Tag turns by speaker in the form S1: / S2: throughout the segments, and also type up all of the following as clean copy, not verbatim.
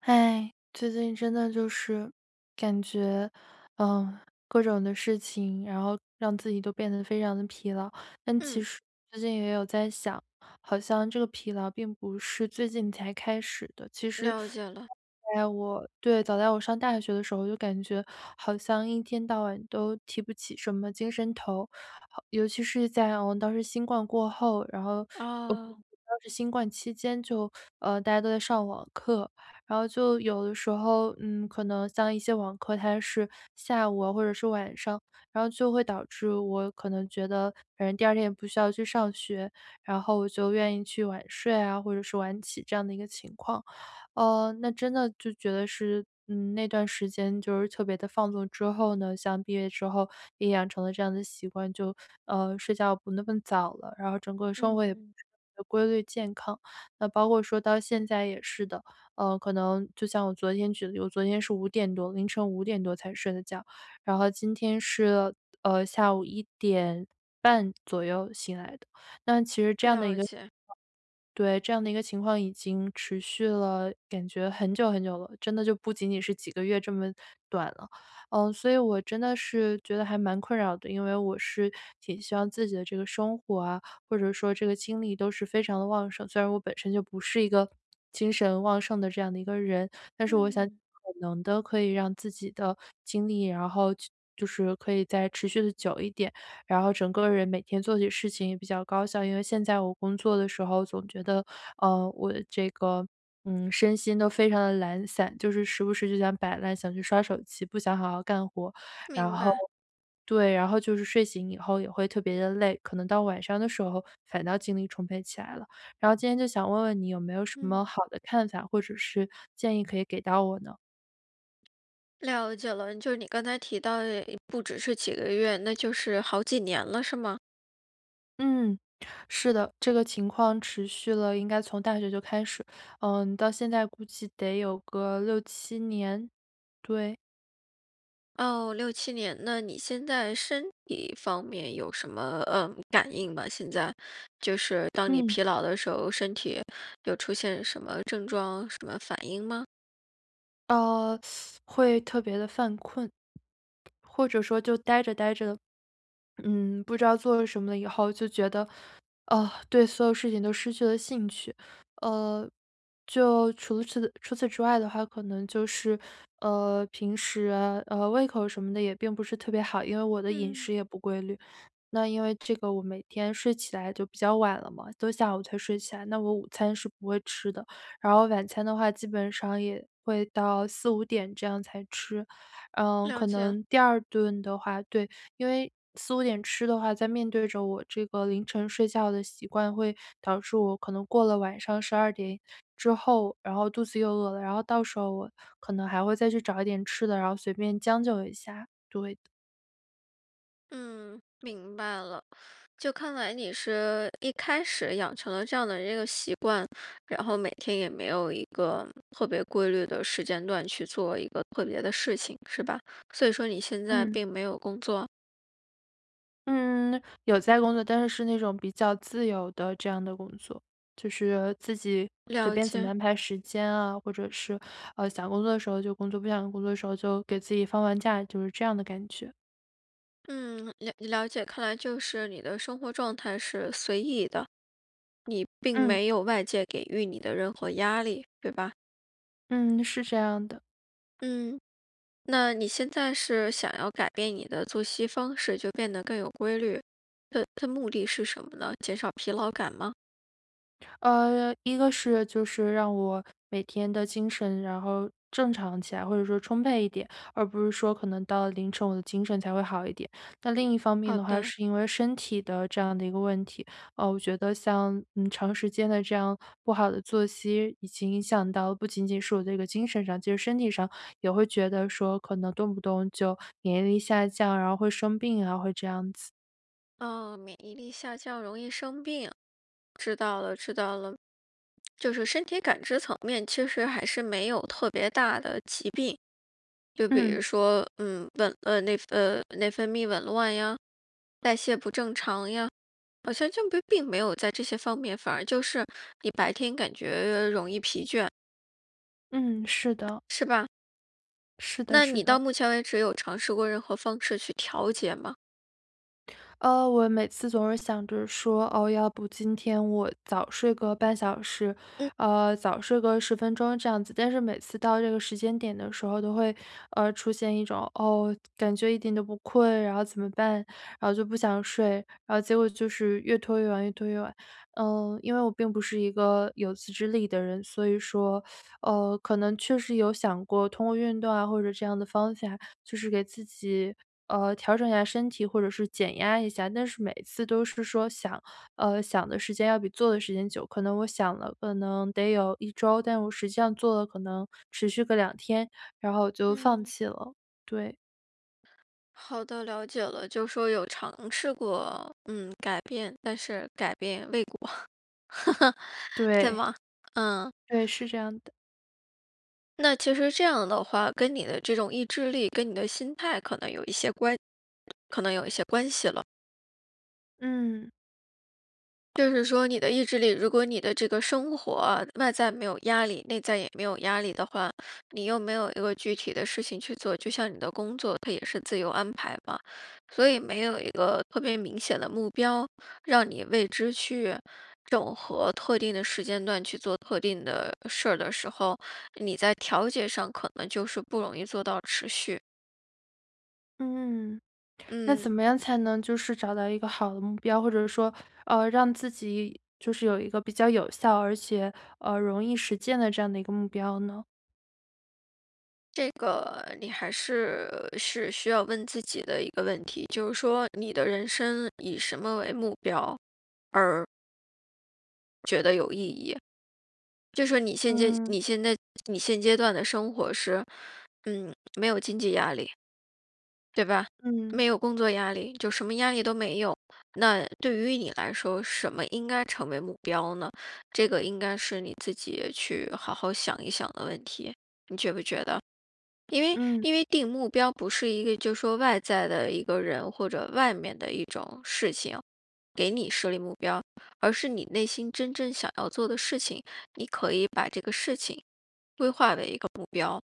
S1: 哎，最近真的就是感觉，嗯，各种的事情，然后让自己都变得非常的疲劳。但其
S2: 嗯，
S1: 实最近也有在想，好像这个疲劳并不是最近才开始的。其实，
S2: 了解了。
S1: 在我对早在我上大学的时候，就感觉好像一天到晚都提不起什么精神头，好尤其是在当时新冠过后，然后。呃
S2: 哦，
S1: 当时新冠期间就，大家都在上网课，然后就有的时候，可能像一些网课，它是下午啊，或者是晚上，然后就会导致我可能觉得，反正第二天也不需要去上学，然后我就愿意去晚睡啊，或者是晚起这样的一个情况。那真的就觉得是，那段时间就是特别的放纵之后呢，像毕业之后也养成了这样的习惯，就睡觉不那么早了，然后整个生活也不
S2: 嗯，
S1: 是特别的规律健康。那包括说到现在也是的，可能就像我昨天举例，我昨天是五点多凌晨5点多才睡的觉，然后今天是，下午1点半左右醒来的。那其实这样的一
S2: 了
S1: 个
S2: 解。
S1: 对，这样的一个情况已经持续了，感觉很久很久了，真的就不仅仅是几个月这么短了。所以我真的是觉得还蛮困扰的，因为我是挺希望自己的这个生活啊，或者说这个精力都是非常的旺盛。虽然我本身就不是一个精神旺盛的这样的一个人，但是我想尽
S2: 嗯，
S1: 可能的可以让自己的精力，然后去就是可以再持续的久一点。然后整个人每天做起事情也比较高效。因为现在我工作的时候，总觉得，我这个，身心都非常的懒散，就是时不时就想摆烂，想去刷手机，不想好好干活。然
S2: 明
S1: 后
S2: 白。
S1: 对，然后就是睡醒以后也会特别的累，可能到晚上的时候反倒精力充沛起来了。然后今天就想问问你有没有什么
S2: 嗯，
S1: 好的看法，或者是建议可以给到我呢？
S2: 了解了。就是你刚才提到的，不只是几个月，那就是好几年了，是吗？
S1: 嗯，是的，这个情况持续了应该从大学就开始，到现在估计得有个6、7年，对，
S2: 哦，六七年。那你现在身体方面有什么感应吗？现在就是当你
S1: 嗯。
S2: 疲劳的时候，身体有出现什么症状、什么反应吗？
S1: 呃，会特别的犯困，或者说就呆着呆着，不知道做什么了以后，就觉得，对所有事情都失去了兴趣。呃，就除此之外的话，可能就是，平时啊胃口什么的也并不是特别好，因为我的饮
S2: 嗯，
S1: 食也不规律。那因为这个我每天睡起来就比较晚了嘛，都下午才睡起来，那我午餐是不会吃的。然后晚餐的话，基本上也会到四五点这样才吃。
S2: 了
S1: 可
S2: 解。
S1: 能第二顿的话对，因为四五点吃的话，在面对着我这个凌晨睡觉的习惯，会导致我可能过了晚上12点之后，然后肚子又饿了，然后到时候我可能还会再去找一点吃的，然后随便将就一下，对的，
S2: 嗯，明白了。就看来你是一开始养成了这样的一个习惯，然后每天也没有一个特别规律的时间段去做一个特别的事情，是吧？所以说你现在
S1: 嗯。
S2: 并没有工作，
S1: 嗯，有在工作，但是是那种比较自由的这样的工作，就是自己随
S2: 了
S1: 便怎么
S2: 解，
S1: 安排时间啊，或者是想工作的时候就工作，不想工作的时候就给自己放放假，就是这样的感觉。
S2: 嗯，了解，看来就是你的生活状态是随意的，你并
S1: 嗯
S2: 没有外界给予你的任何压力，对吧？
S1: 嗯，是这样的。
S2: 嗯，那你现在是想要改变你的作息方式，就变得更有规律，的目的是什么呢？减少疲劳感吗？
S1: 一个是就是让我每天的精神然后正常起来，或者说充沛一点，而不是说可能到了凌晨我的精神才会好一点。那另一方面
S2: 好
S1: 的话，
S2: 的，
S1: 是因为身体的这样的一个问题，我觉得像长时间的这样不好的作息，已经影响到不仅仅是我这个精神上，其实身体上也会觉得说可能动不动就免疫力下降，然后会生病啊，会这样子。
S2: 哦，免疫力下降容易生病，知道了，知道了。就是身体感知层面，其实还是没有特别大的疾病，就比
S1: 嗯
S2: 如说，内分泌紊乱呀，代谢不正常呀，好像就并没有在这些方面，反而就是你白天感觉容易疲倦，
S1: 嗯，是的，
S2: 是吧？
S1: 是的，
S2: 那
S1: 是
S2: 你到
S1: 的。
S2: 目前为止有尝试过任何方式去调节吗？
S1: 我每次总是想着说，哦，要不今天我早睡个半小时，
S2: 嗯
S1: 早睡个10分钟这样子。但是每次到这个时间点的时候，都会出现一种哦，感觉一点都不困，然后怎么办？然后就不想睡，然后结果就是越拖越晚，越拖越晚。因为我并不是一个有自制力的人，所以说，可能确实有想过通过运动啊或者这样的方法，就是给自己，调整一下身体或者是减压一下，但是每次都是说想的时间要比做的时间久，可能我想了可能得有一周，但我实际上做了可能持续个2天，然后我就放
S2: 嗯，
S1: 弃了。对，
S2: 好的，了解了，就说有尝试过，改变，但是改变未果，对
S1: 对，
S2: 吗？嗯，
S1: 对，是这样的。
S2: 那其实这样的话，跟你的这种意志力，跟你的心态可能有一些关系了。
S1: 嗯，
S2: 就是说，你的意志力，如果你的这个生活外在没有压力，内在也没有压力的话，你又没有一个具体的事情去做，就像你的工作，它也是自由安排嘛，所以没有一个特别明显的目标，让你为之去整合特定的时间段去做特定的事儿的时候，你在调节上可能就是不容易做到持续。
S1: 嗯，那怎
S2: 嗯。
S1: 么样才能就是找到一个好的目标，或者说，让自己就是有一个比较有效，而且，容易实践的这样的一个目标呢？
S2: 这个你还是需要问自己的一个问题，就是说你的人生以什么为目标而觉得有意义？就说
S1: 嗯，
S2: 你现阶段的生活是，嗯，没有经济压力，对吧？
S1: 嗯，
S2: 没有工作压力，就什么压力都没有。那对于你来说，什么应该成为目标呢？这个应该是你自己去好好想一想的问题，你觉不觉得？因为
S1: 嗯。
S2: 因为定目标不是一个就是说外在的一个人或者外面的一种事情，给你设立目标，而是你内心真正想要做的事情，你可以把这个事情规划为一个目标。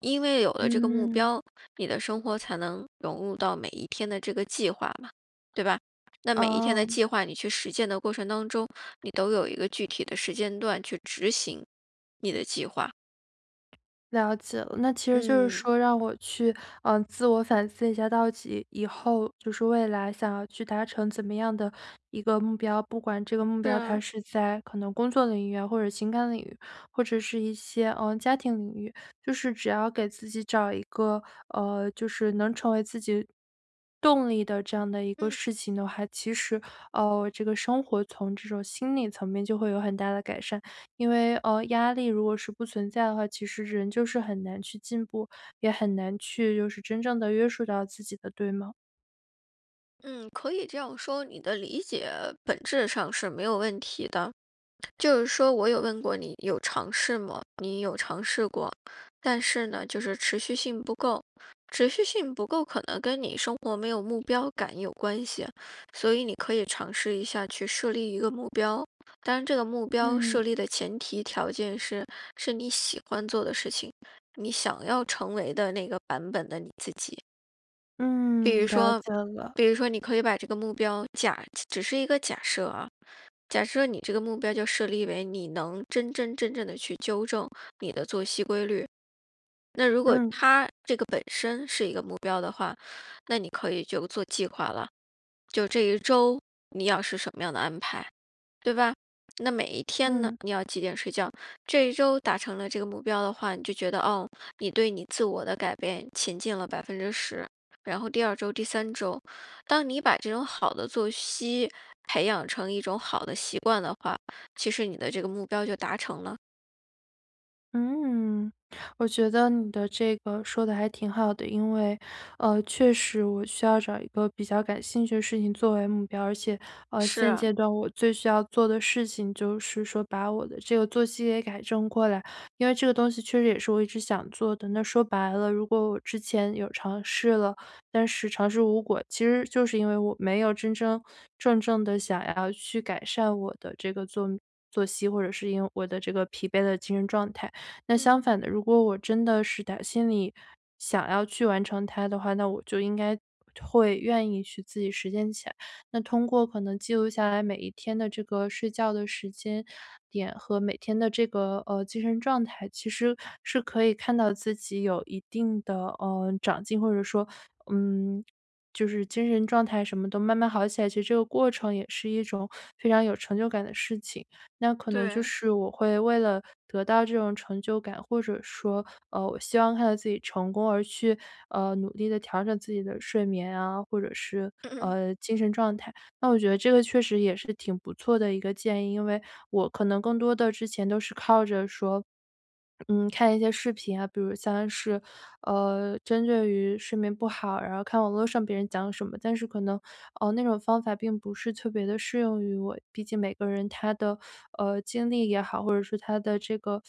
S2: 因为有了这个目
S1: 嗯，
S2: 标，你的生活才能融入到每一天的这个计划嘛，对吧？那每一天的
S1: 哦，
S2: 计划，你去实践的过程当中，你都有一个具体的时间段去执行你的计划。
S1: 了解了。那其实就是
S2: 嗯，
S1: 说让我去，自我反思一下，到底以后就是未来想要去达成怎么样的一个目标，不管这个目
S2: 是
S1: 标它
S2: 啊，
S1: 是在可能工作领域啊，或者情感领域，或者是一些家庭领域，就是只要给自己找一个就是能成为自己动力的这样的一个
S2: 嗯。
S1: 事情的话，其实这个生活从这种心理层面就会有很大的改善。因为，压力如果是不存在的话，其实人就是很难去进步，也很难去就是真正的约束到自己的，对吗？
S2: 嗯，可以这样说，你的理解本质上是没有问题的。就是说我有问过你有尝试吗？你有尝试过，但是呢，就是持续性不够，持续性不够可能跟你生活没有目标感有关系，所以你可以尝试一下去设立一个目标。当然，这个目标设
S1: 嗯，
S2: 立的前提条件是你喜欢做的事情，你想要成为的那个版本的你自己。比
S1: 嗯，
S2: 如
S1: 了
S2: 说，
S1: 解了，
S2: 比如说，你可以把这个目标只是一个假设啊。假设你这个目标就设立为你能真真正正的去纠正你的作息规律。那如果
S1: 嗯，
S2: 它这个本身是一个目标的话，那你可以就做计划了。就这一周你要是什么样的安排？对吧？那每一天呢，
S1: 嗯。
S2: 你要几点睡觉？这一周达成了这个目标的话，你就觉得哦，你对你自我的改变前进了10%。然后第二周、第三周，当你把这种好的作息培养成一种好的习惯的话，其实你的这个目标就达成了。
S1: 嗯，我觉得你的这个说的还挺好的，因为，确实我需要找一个比较感兴趣的事情作为目标，而且，现
S2: 是，
S1: 阶段我最需要做的事情就是说把我的这个作息给改正过来，因为这个东西确实也是我一直想做的。那说白了，如果我之前有尝试了，但是尝试无果，其实就是因为我没有真真正正的想要去改善我的这个作息，或者是因为我的这个疲惫的精神状态。那相
S2: 嗯，
S1: 反的，如果我真的是打心里想要去完成它的话，那我就应该会愿意去自己实践起来。那通过可能记录下来每一天的这个睡觉的时间点和每天的这个精神状态，其实是可以看到自己有一定的长进，或者说嗯。就是精神状态什么都慢慢好起来，其实这个过程也是一种非常有成就感的事情。那可能就
S2: 对，
S1: 是我会为了得到这种成就感，或者说，我希望看到自己成功而去，努力的调整自己的睡眠啊，或者是，精神状态。那我觉得这个确实也是挺不错的一个建议，因为我可能更多的之前都是靠着说看一些视频啊，比如像是，针对于睡眠不好，然后看网络上别人讲什么，但是可能，哦，那种方法并不是特别的适用于我。毕竟每个人他的，经历也好，或者说他的这个，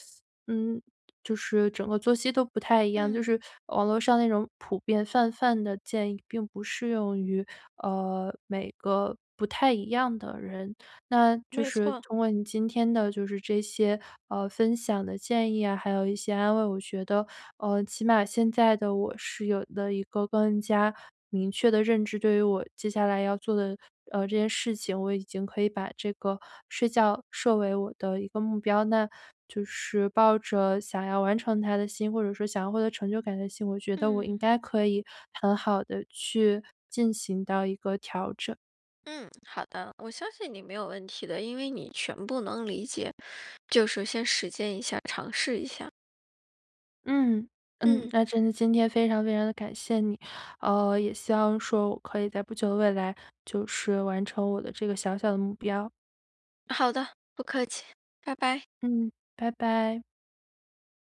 S1: 嗯，就是整个作息都不太一样。就
S2: 嗯，
S1: 是网络上那种普遍泛泛的建议并不适用于，每个不太一样的人。那就
S2: 没
S1: 是
S2: 错，
S1: 通过你今天的就是这些，分享的建议啊，还有一些安慰，我觉得，起码现在的我是有了一个更加明确的认知，对于我接下来要做的，这件事情，我已经可以把这个睡觉设为我的一个目标。那就是抱着想要完成它的心，或者说想要获得成就感的心，我觉得我应
S2: 嗯，
S1: 该可以很好的去进行到一个调整。
S2: 嗯，好的，我相信你没有问题的，因为你全部能理解，就是先实践一下，尝试一下。
S1: 嗯，嗯，
S2: 嗯，
S1: 那真的今天非常非常的感谢你，也希望说我可以在不久的未来，就是完成我的这个小小的目标。
S2: 好的，不客气，拜拜。
S1: 嗯，拜拜。